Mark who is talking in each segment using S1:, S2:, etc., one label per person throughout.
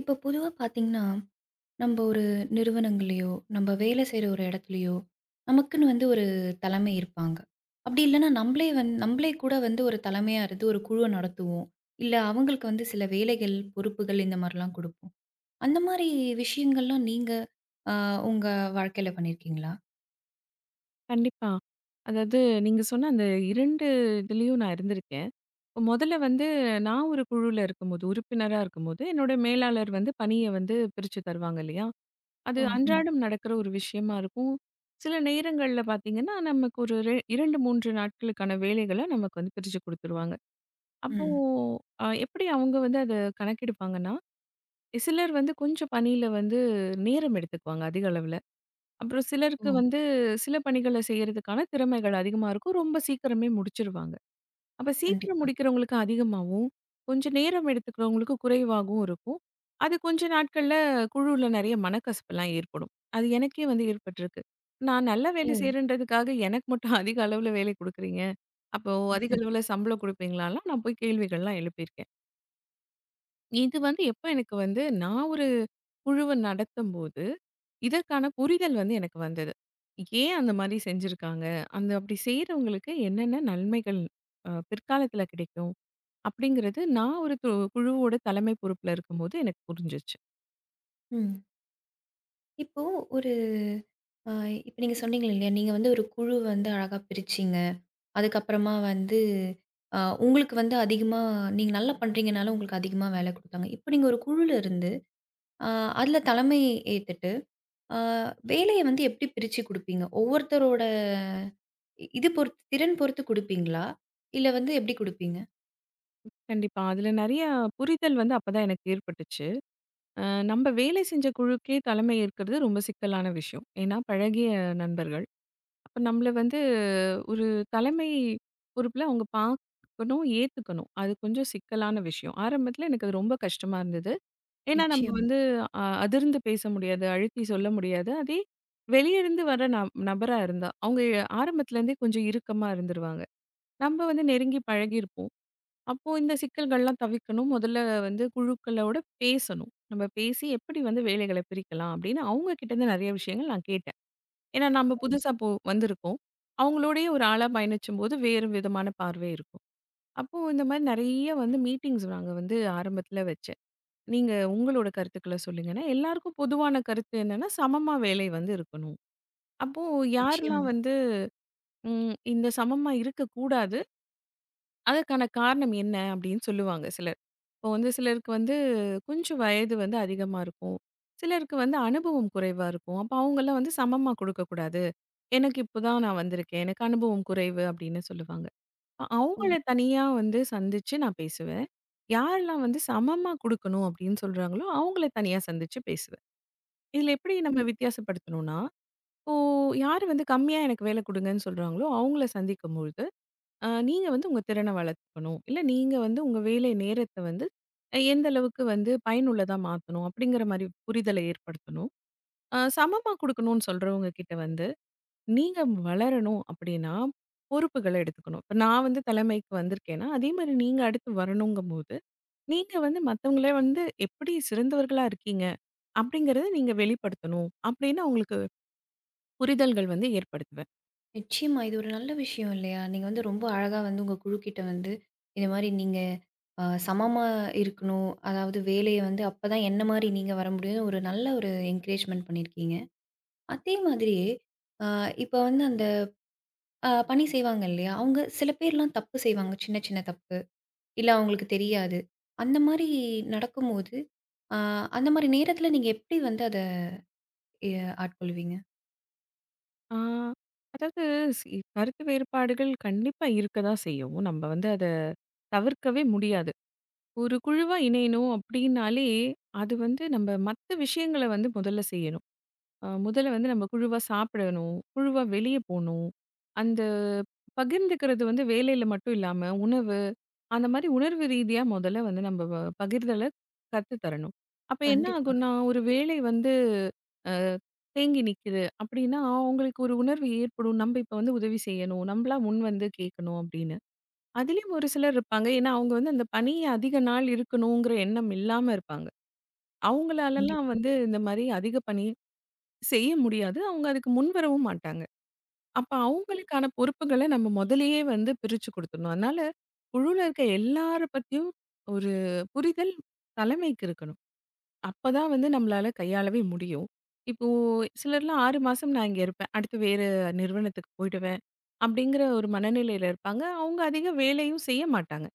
S1: இப்போ பொதுவா பார்த்தீங்கன்னா, நம்ப ஒரு நிறுவனங்கள்லயோ, நம்ப வேலை செய்ற ஒரு இடத்துலயோ, நமக்குன்னு வந்து ஒரு தலைமை இருப்பாங்க. அப்படி இல்லன்னா நம்பளே கூட வந்து ஒரு தலைமையா இருந்து ஒரு குழுவ நடத்துவோம். இல்ல அவங்களுக்கு வந்து சில வேலைகள், பொறுப்புகள் இந்த மாரிலாம் குடுப்போம். அந்த மாரி விஷயங்கள்லாம் நீங்க அ உங்க வாழ்க்கையில பண்ணியிருக்கீங்களா?
S2: கண்டிப்பா. அதாவது நீங்க சொன்ன அந்த 2 இதுலயும் நான் இருந்திருக்கேன். இப்ப முதல்ல வந்து நான் ஒரு குழுல இருக்கும்போது, உறுப்பினரா இருக்கும்போது, என்னோட மேலாளர் வந்து பணிய வந்து பிரிச்சு தருவாங்க இல்லையா? அது
S1: ஓ! ம்,
S2: அன்றாடம் நடக்கிற ஒரு விஷயமா இருக்கும். சில நேரங்கள்ல பார்த்தீங்கன்னா, நமக்கு ஒரு 2, 3 நாட்களுக்கான வேலைகள நமக்கு வந்து பிரிச்சு குடுத்துருவாங்க. அப்போ
S1: ம்.
S2: எப்படி அவங்க வந்து அத கணக்கெடுப்பாங்கன்னா, சிலர் வந்து கொஞ்சம் பணியில வந்து நேரம் எடுத்துக்குவாங்க அதிக அளவுல. அப்புறம்
S1: ஓ!
S2: சிலருக்கு வந்து சில பணிகள செய்யறதுக்கான திறமைகள் அதிகமா இருக்கும். ரொம்ப சீக்கிரமே முடிச்சிருவாங்க. அப்ப சீக்கிரம்
S1: கண்டிப்பா.
S2: முடிக்கிறவங்களுக்கு அதிகமாவும், கொஞ்சம் நேரம் எடுத்துக்கிறவங்களுக்கு குறைவாகவும் இருக்கும். அது கொஞ்ச நாட்கள்ல குழுவுல நெறைய மனக்கசப்புலாம் ஏற்படும். அது எனக்கே வந்து ஏற்பட்டிருக்கு. நான் நல்ல வேலை
S1: ஓ!
S2: செய்றேன்றதுக்காக எனக்கு மட்டும் அதிக அளவுல வேலை குடுக்குறீங்க. அப்போ அதிக அளவுல சம்பளம் குடுப்பீங்களாலாம் நான் போய் கேள்விகள்லாம் எழுப்பியிருக்கேன். இது வந்து எப்ப எனக்கு வந்து நான் ஒரு குழுவ நடத்தும்போது, இதற்கான புரிதல் வந்து எனக்கு வந்தது. ஏன் அந்த மாரி செஞ்சிருக்காங்க? அந்த அப்படி செய்றவங்களுக்கு என்னென்ன நன்மைகள் பிற்காலத்தில கிடைக்கும்? அப்படிங்கிறது நான் ஒரு குழுவோட தலைமை பொறுப்புல இருக்கும்போது எனக்கு புரிஞ்சுச்சு.
S1: ம். இப்போ ஒரு ஆ இப்ப நீங்க சொன்னீங்க இல்லையா, நீங்க வந்து ஒரு குழு வந்து அழகா பிரிச்சீங்க. அதுக்கப்புறமா வந்து அ உங்களுக்கு வந்து அதிகமா நீங்க நல்லா பண்றீங்கனால உங்களுக்கு அதிகமா வேலை குடுத்தாங்க. இப்ப நீங்க ஒரு குழுல இருந்து, அ அதுல தலைமை ஏத்துட்டு, அ வேலைய வந்து எப்படி பிரிச்சு குடுப்பீங்க? ஒவ்வொருத்தரோட இது பொறுத்து திறன் பொறுத்து குடுப்பீங்களா? இல்ல வந்து எப்படி குடுப்பீங்க?
S2: கண்டிப்பா. அதுல நெறைய புரிதல் வந்து அப்பதான் எனக்கு ஏற்பட்டுச்சு. அ நம்ப வேலை செஞ்ச குழுக்கே தலைமை ஏற்கிறது ரொம்ப சிக்கலான விஷயம். ஏன்னா பழகிய நண்பர்கள். அப்ப நம்மள வந்து ஒரு தலைமை பொறுப்புல அவங்க பார்க்கணும், ஏத்துக்கணும். அது கொஞ்சம் சிக்கலான விஷயம். ஆரம்பத்துல எனக்கு அது ரொம்ப கஷ்டமா இருந்தது. ஏன்னா நம்ம
S1: நிச்சயம்,
S2: வந்து அதிர்ந்து பேச முடியாது, அழுத்தி சொல்ல முடியாது. அதே வெளியிருந்து வர நபரா இருந்தா, அவங்க ஆரம்பத்துல இருந்தே கொஞ்சம் இறுக்கமா இருந்துருவாங்க. நம்ம வந்து நெருங்கி பழகியிருப்போம். அப்போ இந்த சிக்கல்கள்லாம் தவிர்க்கணும். முதல்ல வந்து குழுக்களோட பேசணும். நம்ம பேசி எப்படி வந்து வேலைகள பிரிக்கலாம் அப்படின்னு அவங்க கிட்ட இருந்து நெறைய விஷயங்கள் நான் கேட்டேன். ஏன்னா நம்ம புதுசா வந்திருக்கோம். அவங்களோடயே ஒரு ஆளா பயணிச்சும்போது வேறு விதமான பார்வை இருக்கும். அப்போ இந்த மாரி நெறைய வந்து மீட்டிங்ஸ் நாங்க வந்து ஆரம்பத்துல வச்சேன். நீங்க உங்களோட கருத்துக்கள சொல்லுங்கன்னா, எல்லாருக்கும் பொதுவான கருத்து என்னன்னா, சமமா வேலை வந்து இருக்கணும். அப்போ யாரெல்லாம்
S1: நிச்சயமா.
S2: வந்து இந்த சமமா இருக்கக்கூடாது, அதற்கான காரணம் என்ன அப்படின்னு சொல்லுவாங்க சிலர். இப்போ வந்து சிலருக்கு வந்து கொஞ்சம் வயது வந்து அதிகமா இருக்கும். சிலருக்கு வந்து அனுபவம் குறைவா இருக்கும். அப்போ அவங்கலாம் வந்து சமமா குடுக்கக்கூடாது. எனக்கு இப்பதான் நான் வந்திருக்கேன். எனக்கு அனுபவம் குறைவு அப்படின்னு சொல்லுவாங்க. அவங்கள
S1: ம்.
S2: தனியா வந்து சந்திச்சு நான் பேசுவேன். யாரெல்லாம் வந்து சமமா குடுக்கணும் அப்படின்னு சொல்றாங்களோ, அவங்கள தனியா சந்திச்சு பேசுவேன். இதில எப்படி நம்ம வித்தியாசப்படுத்தணும்னா, இப்போ யாரு வந்து கம்மியா எனக்கு வேலை குடுங்கன்னு சொல்றாங்களோ, அவங்கள சந்திக்கும்பொழுது, நீங்க வந்து உங்க திறன வளர்த்துக்கணும். இல்ல நீங்க வந்து உங்க வேலை நேரத்த வந்து எந்த அளவுக்கு வந்து பயனுள்ளதா மாத்தணும் அப்படிங்கிற மாரி புரிதல ஏற்படுத்தணும். சமமா குடுக்கணும்னு சொல்றவங்க கிட்ட வந்து நீங்க வளரணும் அப்படின்னா, பொறுப்புகள எடுத்துக்கணும். இப்ப நான் வந்து தலைமைக்கு வந்திருக்கேன்னா, அதே மாரி நீங்க அடுத்து வரணுங்கும்போது, நீங்க வந்து மத்தவங்கள வந்து எப்படி சிறந்தவர்களா இருக்கீங்க அப்படிங்கிறத நீங்க வெளிப்படுத்தணும் அப்படின்னு அவங்களுக்கு புரிதல்கள் வந்து ஏற்படுத்துவேன்.
S1: நிச்சயமா. இது ஒரு நல்ல விஷயம் இல்லையா? நீங்க வந்து ரொம்ப அழகா வந்து உங்க குழுக்கிட்ட வந்து, இந்த மாரி நீங்க சமமா இருக்கணும். அதாவது வேலைய வந்து அப்பதான் என்ன மாரி நீங்க வர முடியும்னு ஒரு நல்ல ஒரு என்கரேஜ்மென்ட் பண்ணியிருக்கீங்க. அதே மாதிரி அ இப்ப வந்து அந்த பணி செய்வாங்க இல்லையா? அவங்க சில பேர்லாம் தப்பு செய்வாங்க. சின்ன சின்ன தப்பு. இல்ல அவங்களுக்கு தெரியாது. அந்த மாரி நடக்கும்போது, அ அந்த மாரி நேரத்துல நீங்க எப்படி வந்து அத எ ஆட்கொள்வீங்க?
S2: ஆ அதாவது சி கருத்து வேறுபாடுகள் கண்டிப்பா இருக்க தான் செய்யும். நம்ம வந்து அத தவிர்க்கவே முடியாது. ஒரு குழுவா இணையணும் அப்படின்னாலே, அது வந்து நம்ம மத்த விஷயங்கள வந்து முதல்ல செய்யணும். முதல்ல வந்து நம்ம குழுவா சாப்பிடணும். குழுவா வெளிய போணும். அந்த பகிர்ந்துக்கிறது வந்து வேலையில மட்டும் இல்லாம, உணவு அந்த மாரி உணர்வு ரீதியா முதல்ல வந்து நம்ம பகிர்தல கத்து தரணும். அப்ப என்ன
S1: கண்டிப்பா,
S2: ஆகும்னா, ஒரு வேலை வந்து அ தேங்கி நிக்குது அப்படின்னா, அவங்களுக்கு ஒரு உணர்வு ஏற்படும். நம்ம இப்ப வந்து உதவி செய்யணும். நம்மளா முன் வந்து கேட்கணும் அப்படின்னு. அதிலயும் ஒரு சிலர் இருப்பாங்க. ஏன்னா, அவங்க வந்து அந்த பணிய அதிக நாள் இருக்கணுங்கிற எண்ணம் இல்லாம இருப்பாங்க. அவங்களாலலாம்
S1: கண்டிப்பா.
S2: வந்து இந்த மாரி அதிக பணிய செய்ய முடியாது. அவங்க அதுக்கு முன்வரவும் மாட்டாங்க. அப்ப அவங்களுக்கான பொறுப்புகள நம்ம முதலேயே வந்து பிரிச்சு குடுத்துடணும். அதனால குழுல இருக்க எல்லார பத்தியும் ஒரு புரிதல் தலைமைக்கு இருக்கணும். அப்பதான் வந்து நம்மளால கையாளவே முடியும். இப்போ சிலர்லாம் 6 மாசம் நான் இங்க இருப்பேன். அடுத்து வேற நிறுவனத்துக்கு போயிடுவேன். அப்படிங்கிற ஒரு மனநிலையில இருப்பாங்க. அவங்க அதிக வேலையும் செய்ய மாட்டாங்க.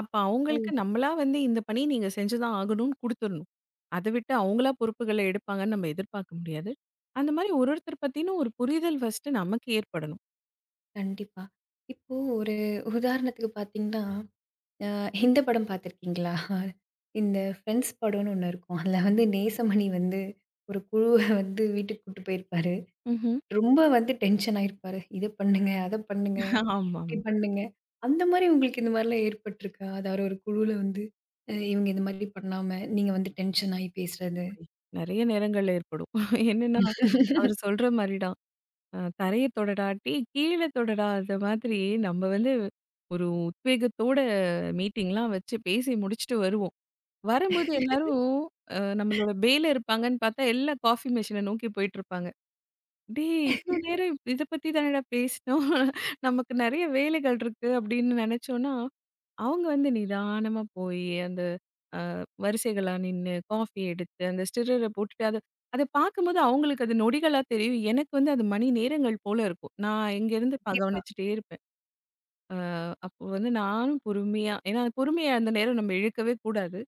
S2: அப்ப
S1: ஓ!
S2: அவங்களுக்கு நம்மளா வந்து இந்த பணி நீங்க செஞ்சுதான் ஆகணும்னு குடுத்துறணும். அத விட்டு அவங்களா பொறுப்புகள எடுப்பாங்கன்னு நம்ம எதிர்பார்க்க முடியாது. அந்த மாரி ஒரு ஒருத்தர் பத்தின ஒரு புரிதல் ஃபர்ஸ்ட் நமக்கு ஏற்படணும்.
S1: கண்டிப்பா. இப்போ ஒரு உதாரணத்துக்கு பார்த்தீங்கன்னா, அ இந்த படம் பார்த்துருக்கீங்களா? இந்த ஃப்ரெண்ட்ஸ் படம்னு ஒண்ணு இருக்கும். அதுல வந்து நேசமணி வந்து ஒரு குழுவ வந்து வீட்டுக்கு கூட்டு போயிருப்பாரு.
S2: ம்ஹ்ம்.
S1: ரொம்ப வந்து டென்ஷன் ஆயிருப்பாரு. இத பண்ணுங்க, அத பண்ணுங்க,
S2: ஆமாமா.
S1: இப்டி பண்ணுங்க. அந்த மாரி உங்களுக்கு இந்த மாரிலாம் ஏற்பட்டுருக்கா? அதாவது ஒரு குழுவுல வந்து இவங்க இந்த மாதிரி பண்ணாம, நீங்க வந்து டென்ஷன் ஆயி பேசுறது.
S2: நெறைய நேரங்கள்ல ஏற்படும். என்னன்னா, அவரு சொல்ற மாரி தான். "தரைய தொடடா, டேய் கீழ தொடடா" அந்த மாதிரி நம்ம வந்து ஒரு உத்வேகத்தோட மீட்டிங்லாம் வச்சு பேசி முடிச்சுட்டு வருவோம். வரும்போது எல்லாரும் நம்மளோட பேல இருப்பாங்கன்னு பார்த்தா, எல்லாம் காஃபி மெஷின நோக்கி போயிட்டுருப்பாங்க. டேய்! இவ்ளோ நேரம் இத பத்தி தானடா பேசினோம். நமக்கு நெறைய வேலைகள் இருக்கு அப்படின்னு நெனைச்சோம்னா, அவங்க வந்து நிதானமா போய் அந்த அ வரிசைகளா நின்னு, காஃபி எடுத்து, அந்த ஸ்டிரர போட்டுட்டு அத அத பார்க்கும்போது அவங்களுக்கு அது நொடிகளா தெரியும். எனக்கு வந்து அது மணி நேரங்கள் போல இருக்கும். நான் இங்கேருந்து
S1: கண்டிப்பா.
S2: கவனிச்சுட்டே இருப்பேன். அ அப்போ வந்து நானும் பொறுமையா ஏன்னா பொறுமையா அந்த நேரம் நம்ம இழுக்கவே கூடாது.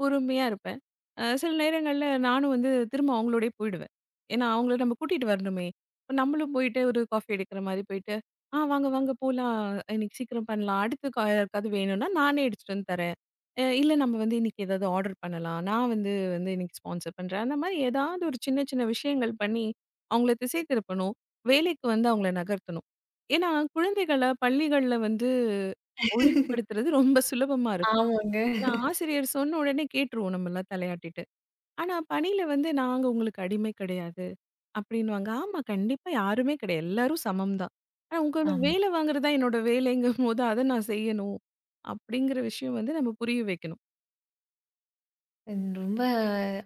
S2: பொறுமையா இருப்பேன். சில நேரங்கள்ல நானும் வந்து திரும்ப அவங்களோடயே போயிடுவேன். ஏன்னா, அவங்கள நம்ம கூட்டிட்டு வரணுமே! இப்ப நம்மளும் போயிட்டு ஒரு காஃபி அடிக்கிற மாரி போயிட்டு, "ஆ வாங்க, வாங்க போலாம். இன்னைக்கு சீக்கிரம் பண்ணலாம். அடுத்து யாருக்காவது வேணும்னா நானே எடுத்துட்டு வந்து தரேன். இல்ல நம்ம வந்து இன்னைக்கு ஏதாவது ஆர்டர் பண்ணலாம். நான் வந்து வந்து இன்னைக்கு ஸ்பான்சர் பண்றேன்." அந்த மாரி ஏதாவது ஒரு சின்ன சின்ன விஷயங்கள் பண்ணி, அவங்கள திசை திருப்பணும். வேலைக்கு வந்து அவங்கள நகர்த்தணும். ஏன்னா, குழந்தைகள பள்ளிகள்ல வந்து ஒழுங்குபடுத்துறது ரொம்ப சுலபமா இருக்கும்.
S1: ஆமாங்க.
S2: நான் ஆசிரியர் சொன்ன உடனே கேட்டுருவோம் நம்மலாம் தலையாட்டிட்டு. ஆனா பணியில வந்து நாங்க உங்களுக்கு அடிமை கிடையாது அப்படின்னுவாங்க. ஆமா கண்டிப்பா யாருமே கிடையாது. எல்லாரும் சமம் தான். ஆனா உங்களோட
S1: ஆமா.
S2: வேலை வாங்குறது தான் என்னோட வேலைங்கும்போது அத நான் செய்யணும். அப்படிங்கிற விஷயம் வந்து நம்ம புரிய வைக்கணும்.
S1: ரொம்ப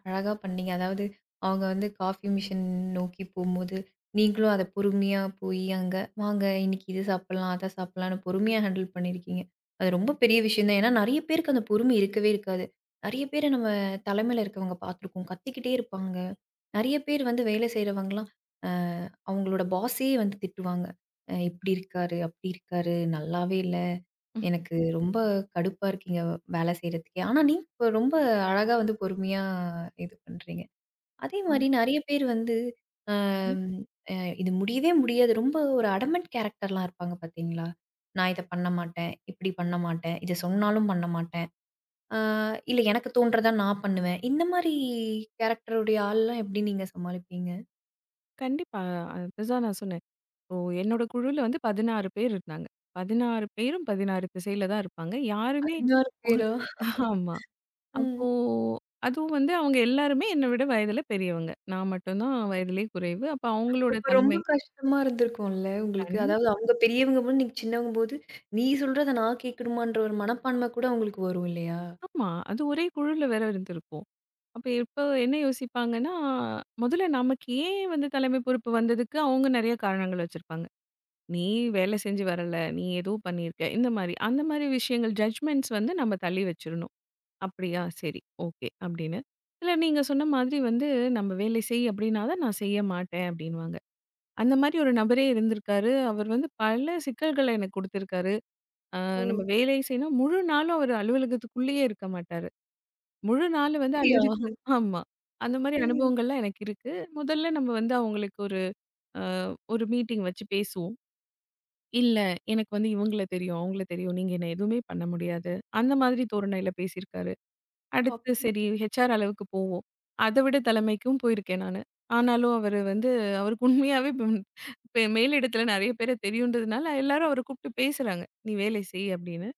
S1: அழகா பண்ணீங்க. அதாவது அவங்க வந்து காஃபி மிஷின் நோக்கி போம்போது, நீங்களும் அத பொறுமையா போயி அங்க, "வாங்க இன்னைக்கு இது சாப்பிடலாம், அத சாப்பிடலாம்ன்னு" பொறுமையா ஹேண்டில் பண்ணியிருக்கீங்க. அது ரொம்ப பெரிய விஷயம் தான். ஏன்னா நெறைய பேருக்கு அந்த பொறுமை இருக்கவே இருக்காது. நெறைய பேர நம்ம தலைமையில இருக்கவங்க பார்த்துருக்கோம். கத்திக்கிட்டே இருப்பாங்க. நெறைய பேர் வந்து வேலை செய்றவங்கலாம், அ அவங்களோட பாஸே வந்து திட்டுவாங்க. இப்படி இருக்காரு, அப்படி இருக்காரு, நல்லாவே இல்ல."
S2: ம்.
S1: எனக்கு ரொம்ப கடுப்பா இருக்கீங்க வேலை செய்றதுக்கே. ஆனா, நீங்க இப்ப ரொம்ப அழகா வந்து பொறுமையா இது பண்றீங்க. அதே மாரி நெறைய பேர் வந்து
S2: அதுவும்
S1: அம் அ இது முடியவே முடியாது. ரொம்ப ஒரு அடமெண்ட் கேரக்டர்லாம் இருப்பாங்க பார்த்தீங்களா? நான் இத பண்ண மாட்டேன், இப்படி பண்ண மாட்டேன், இத சொன்னாலும் பண்ண மாட்டேன். ஆ இல்ல எனக்கு தோன்றத நான் பண்ணுவேன். இந்த மாரி கேரக்டருடைய ஆள்லாம் எப்படி நீங்க சமாளிப்பீங்க?
S2: கண்டிப்பா. அதுதான் நான் சொன்னேன். இப்போ என்னோட குழுல வந்து 16 பேர் இருந்தாங்க. 16 பேரும் 16 திசையில தான் இருப்பாங்க. யாருமே
S1: 16
S2: ஒரு
S1: பேரா?
S2: ஆமா. அப்போ
S1: ம்.
S2: அதுவும் வந்து அவங்க எல்லாருமே என்ன விட வயதுல பெரியவங்க. நான் மட்டும் தான் வயதிலே குறைவு. அப்ப அவங்களோட
S1: அப்ப ரொம்ப
S2: தலைமை
S1: கஷ்டமா இருந்திருக்கும்ல உங்களுக்கு. அதாவது
S2: கண்டிப்பா.
S1: அவங்க பெரியவங்க போது, நீங்க சின்னவங்கம்போது, நீ சொல்றத நான் கேட்கணுமான்ற ஒரு மனப்பான்மை கூட உங்களுக்கு வரும் இல்லையா?
S2: ஆமா. அது ஒரே குழுல வேற இருந்திருப்போம். அப்ப இப்ப என்ன யோசிப்பாங்கன்னா, முதல்ல நமக்கு ஏன் வந்து தலைமை பொறுப்பு வந்ததுக்கு அவங்க நெறைய காரணங்கள் வச்சிருப்பாங்க. "நீ வேலை செஞ்சு வரல. நீ ஏதோ பண்ணியிருக்க." இந்த மாரி. அந்த மாரி விஷயங்கள் ஜட்ஜ்மெண்ட்ஸ் வந்து நம்ம தள்ளி வச்சிரணும். "அப்படியா? சரி. ஓகே." அப்படின்னு. இல்ல நீங்க சொன்ன மாதிரி வந்து, "நம்ம வேலை செய்" அப்படின்னா தான், "நான் செய்ய மாட்டேன்" அப்படின்னுவாங்க. அந்த மாரி ஒரு நபரே இருந்திருக்காரு. அவர் வந்து பல சிக்கல்கள எனக்கு குடுத்திருக்காரு. அ
S1: ஓ!
S2: நம்ம வேலை செய்யணும் முழு நாளும் அவர் அலுவலகத்துக்குள்ளேயே இருக்க மாட்டாரு. முழு நாள் வந்து
S1: அப்படியா?
S2: ஆமா. அந்த மாரி
S1: ஐயோ!
S2: அனுபவங்கள்லாம் எனக்கு இருக்கு. முதல்ல நம்ம வந்து அவங்களுக்கு அ ஒரு மீட்டிங் வச்சு பேசுவோம். இல்ல எனக்கு வந்து இவங்கள தெரியும், அவங்கள தெரியும். நீங்க என்ன எதுவுமே பண்ண முடியாது. அந்த மாதிரி தோரணையில பேசியிருக்காரு. அடுத்து
S1: அப்
S2: சரி ஹெச்ஆர் அளவுக்கு போவோம். அத விட தலைமைக்கும் போயிருக்கேன் நானு. ஆனாலும் அவரு வந்து அவருக்கு உண்மையாவே மேலிடத்துல நெறைய பேர தெரியுன்றதுனால எல்லாரும் அவர கூப்ட்டு பேசுறாங்க. "நீ வேலை செய்" அப்படின்னு.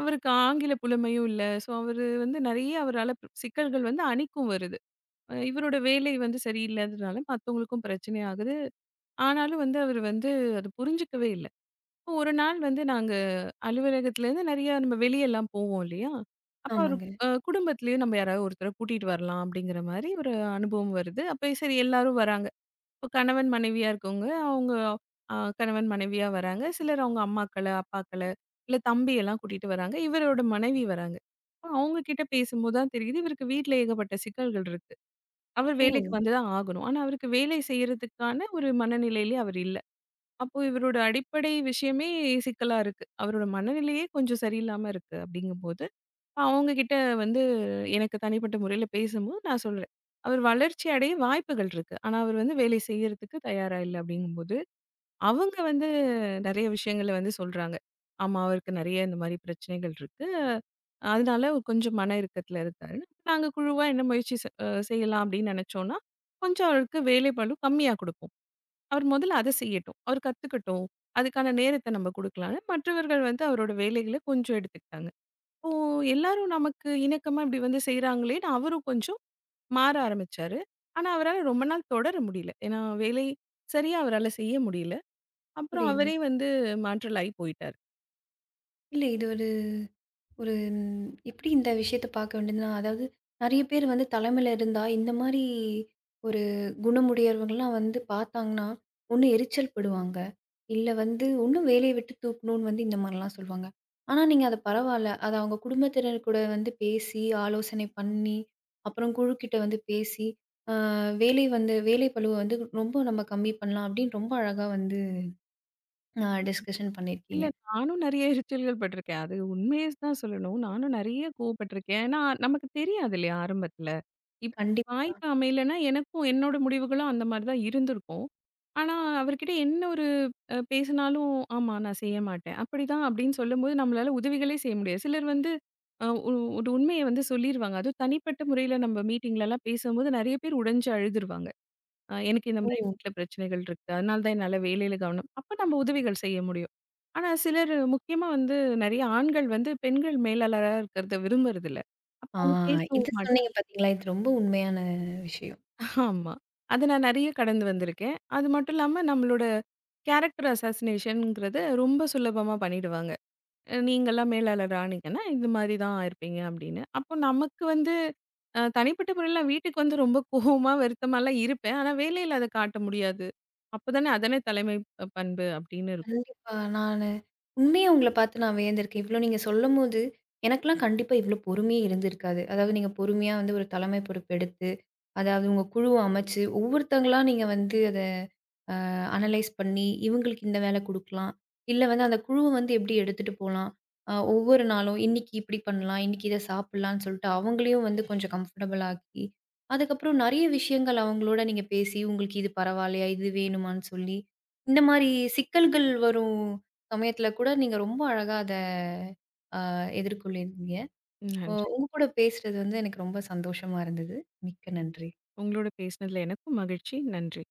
S2: அவருக்கு ஆங்கில புலமையும் இல்ல. ஸோ அவரு வந்து நெறைய அவரால சிக்கல்கள் வந்து அணிக்கும் வருது. இவரோட வேலை வந்து சரியில்லாததுனால மத்தவங்களுக்கும் பிரச்சனை ஆகுது. ஆனாலும் வந்து அவரு வந்து அத புரிஞ்சுக்கவே இல்ல. ஒரு நாள் வந்து நாங்க அலுவலகத்துலேருந்து நெறையா நம்ம வெளியலாம் போவோம் இல்லையா? அப்ப ஒரு
S1: ஆமாங்க.
S2: குடும்பத்திலயும் நம்ம யாராவது ஒருத்தர கூட்டிட்டு வரலாம் அப்படிங்கிற மாரி ஒரு அனுபவம் வருது. அப்ப சரி எல்லாரும் வராங்க. இப்ப கணவன், மனைவியா இருக்கவங்க, அவங்க கணவன், மனைவியா வராங்க. சிலர் அவங்க அம்மாக்கள, அப்பாக்கள, இல்ல தம்பியெல்லாம் கூட்டிட்டு வராங்க. இவரோட மனைவி வராங்க. அப்ப அவங்க கிட்ட பேசும்போது தான் தெரியுது, இவருக்கு வீட்ல ஏகப்பட்ட சிக்கல்கள் இருக்கு. அவர்
S1: ஓ!
S2: வேலைக்கு வந்து தான் ஆகணும். ஆனா, அவருக்கு வேலை செய்யறதுக்கான ஒரு மனநிலையிலே அவர் இல்ல. அப்போ இவரோட அடிப்படை விஷயமே சிக்கலா இருக்கு. அவரோட மனநிலையே கொஞ்சம் சரியில்லாம இருக்கு அப்படிங்கும்போது, அவங்க கிட்ட வந்து எனக்கு தனிப்பட்ட முறையில பேசும்போது நான் சொல்றேன். அவர் வளர்ச்சி அடைய வாய்ப்புகள் இருக்கு. ஆனா அவர் வந்து வேலை செய்யறதுக்கு தயாரா இல்ல அப்படிங்கும்போது, அவங்க வந்து நெறைய விஷயங்கள வந்து சொல்றாங்க. ஆமா அவருக்கு நெறைய இந்த மாரி பிரச்சனைகள் இருக்கு. அதனால அவர் கொஞ்சம் மன இறுக்கத்துல இருக்காருன்னு. நாங்க குழுவா என்ன முயற்சி செ அ செய்யலாம் அப்படின்னு நெனைச்சோம்னா, கொஞ்சம் அவருக்கு வேலைப்பளு கம்மியா குடுப்போம். அவர் முதல்ல அத செய்யட்டும். அவர் கத்துக்கட்டும். அதுக்கான நேரத்த நம்ம குடுக்கலான்னு, மற்றவர்கள் வந்து அவரோட வேலைகள கொஞ்சம் எடுத்துக்கிட்டாங்க. இப்போ எல்லாரும் நமக்கு இணக்கமா இப்படி வந்து செய்றாங்களேன்னு அவரும் கொஞ்சம் மாற ஆரம்பிச்சாரு. ஆனா, அவரால ரொம்ப நாள் தொடர முடியல. ஏன்னா, வேலை சரியா அவரால செய்ய முடியல. அப்புறம்
S1: புரியுது.
S2: அவரே வந்து மாற்றலாகி போயிட்டாரு.
S1: இல்ல இது ஒரு ஒரு ம், எப்படி இந்த விஷயத்த பார்க்க வேண்டியதுன்னா, அதாவது நெறைய பேர் வந்து தலைமையில இருந்தா, இந்த மாரி ஒரு குணமுடையவர்கள்லாம் வந்து பார்த்தாங்கன்னா, ஒண்ணு எரிச்சல் படுவாங்க. இல்ல வந்து இன்னும் வேலைய விட்டு தூக்கணும்னு வந்து இந்த மாரிலாம் சொல்லுவாங்க. ஆனா நீங்க அத பரவால்ல. அத அவங்க குடும்பத்தினர் கூட வந்து பேசி, ஆலோசனை பண்ணி, அப்புறம் குழுக்கிட்ட வந்து பேசி, அ வேலை வந்து வேலை பளுவ வந்து ரொம்ப நம்ம கம்மி பண்ணலாம் அப்படின்னு ரொம்ப அழகா வந்து டிஸ்கஷன்
S2: இல்ல.
S1: பண்ணியிருக்கீங்க.
S2: நானும் நெறைய எரிச்சல்கள் பட்டுருக்கேன். அது உண்மைய தான் சொல்லணும். நானும் நெறைய கோவப்பட்டுருக்கேன். ஏன்னா, நமக்கு தெரியாது இல்லையா ஆரம்பத்துல. இப்
S1: கண்டிப்
S2: வாய்ப்பு அமையலன்னா, எனக்கும் என்னோட முடிவுகளும் அந்த மாரி தான் இருந்திருக்கும். ஆனா, அவர்கிட்ட என்ன ஒரு பேசினாலும், "ஆமா, நான் செய்ய மாட்டேன்." அப்படிதான் அப்படின்னு சொல்லும்போது, நம்மளால உதவிகளே செய்ய முடியாது. சிலர் வந்து அ ஒ ஒரு உண்மைய வந்து சொல்லிருவாங்க. அதுவும் தனிப்பட்ட முறையில நம்ம மீட்டிங்லலாம் பேசும்போது நெறைய பேர் உடைஞ்சு அழுதுருவாங்க. எனக்கு இந்த மாரி
S1: ஓ!
S2: வீட்ல பிரச்சனைகள் இருக்கு. அதனால தான் என்னால வேலையில கவனம் அப்ப நம்ம உதவிகள் செய்ய முடியும். ஆனா சிலர் முக்கியமா வந்து நெறைய ஆண்கள் வந்து பெண்கள் மேலாளரா இருக்கிறத விரும்புறதில்ல. அப்ப
S1: ஆ,
S2: அவங்க
S1: இது
S2: பேசவும் மாட்டாங்க.
S1: சொன்னீங்க பார்த்தீங்களா? இது ரொம்ப உண்மையான விஷயம்.
S2: ஆமா. அத நான் நெறைய கடந்து வந்திருக்கேன். அது மட்டும் இல்லாம நம்மளோட கேரக்டர் அசாசினேஷன்ங்கிறத ரொம்ப சுலபமா பண்ணிடுவாங்க. நீங்கலாம் மேலாளர் ஆனீங்கன்னா, இந்த மாரி தான் இருப்பீங்க அப்படின்னு. அப்போ நமக்கு வந்து தனிப்பட்ட முறையில வீட்டுக்கு வந்து ரொம்ப கோவமா, வருத்தமாலாம் இருப்பேன். ஆனா வேலையில அத காட்ட முடியாது. அதானே தலைமை பண்பு அப்படின்னு இருக்கும்.
S1: கண்டிப்பா. நானு உண்மையா உங்கள பார்த்து நான் வியந்திருக்கேன். இவ்ளோ நீங்க சொல்லும்போது, எனக்கெல்லாம் கண்டிப்பா இவ்ளோ பொறுமையே இருந்திருக்காது. அதாவது நீங்க பொறுமையா வந்து ஒரு தலைமை பொறுப்பு எடுத்து, அதாவது உங்க குழுவ அமைச்சு, ஒவ்வொருத்தங்களா நீங்க வந்து அத அனலைஸ் பண்ணி, இவங்களுக்கு இந்த வேலை குடுக்கலாம். இல்ல வந்து அந்த குழுவ வந்து எப்படி எடுத்துட்டு போலாம்? ஒவ்வொரு நாளும் இன்னைக்கு இப்படி பண்ணலாம், இன்னைக்கு இத சாப்பிடலாம்ன்னு சொல்லிட்டு அவங்களையும் வந்து கொஞ்சம் கம்ஃபர்டபுள் ஆக்கி, அதுக்கப்புறம் நெறைய விஷயங்கள் அவங்களோட நீங்க பேசி, உங்களுக்கு இது பரவால்லையா? இது வேணுமான்னு சொல்லி, இந்த மாரி சிக்கல்கள் வரும் சமயத்துல கூட நீங்க ரொம்ப அழகா அத அ எதிர்கொள்ளியிருந்தீங்க.
S2: நன்றி.
S1: உங்க கூட பேசுறது வந்து எனக்கு ரொம்ப சந்தோஷமா இருந்தது. மிக்க நன்றி.
S2: உங்களோட பேசினதுல எனக்கும் மகிழ்ச்சி. நன்றி.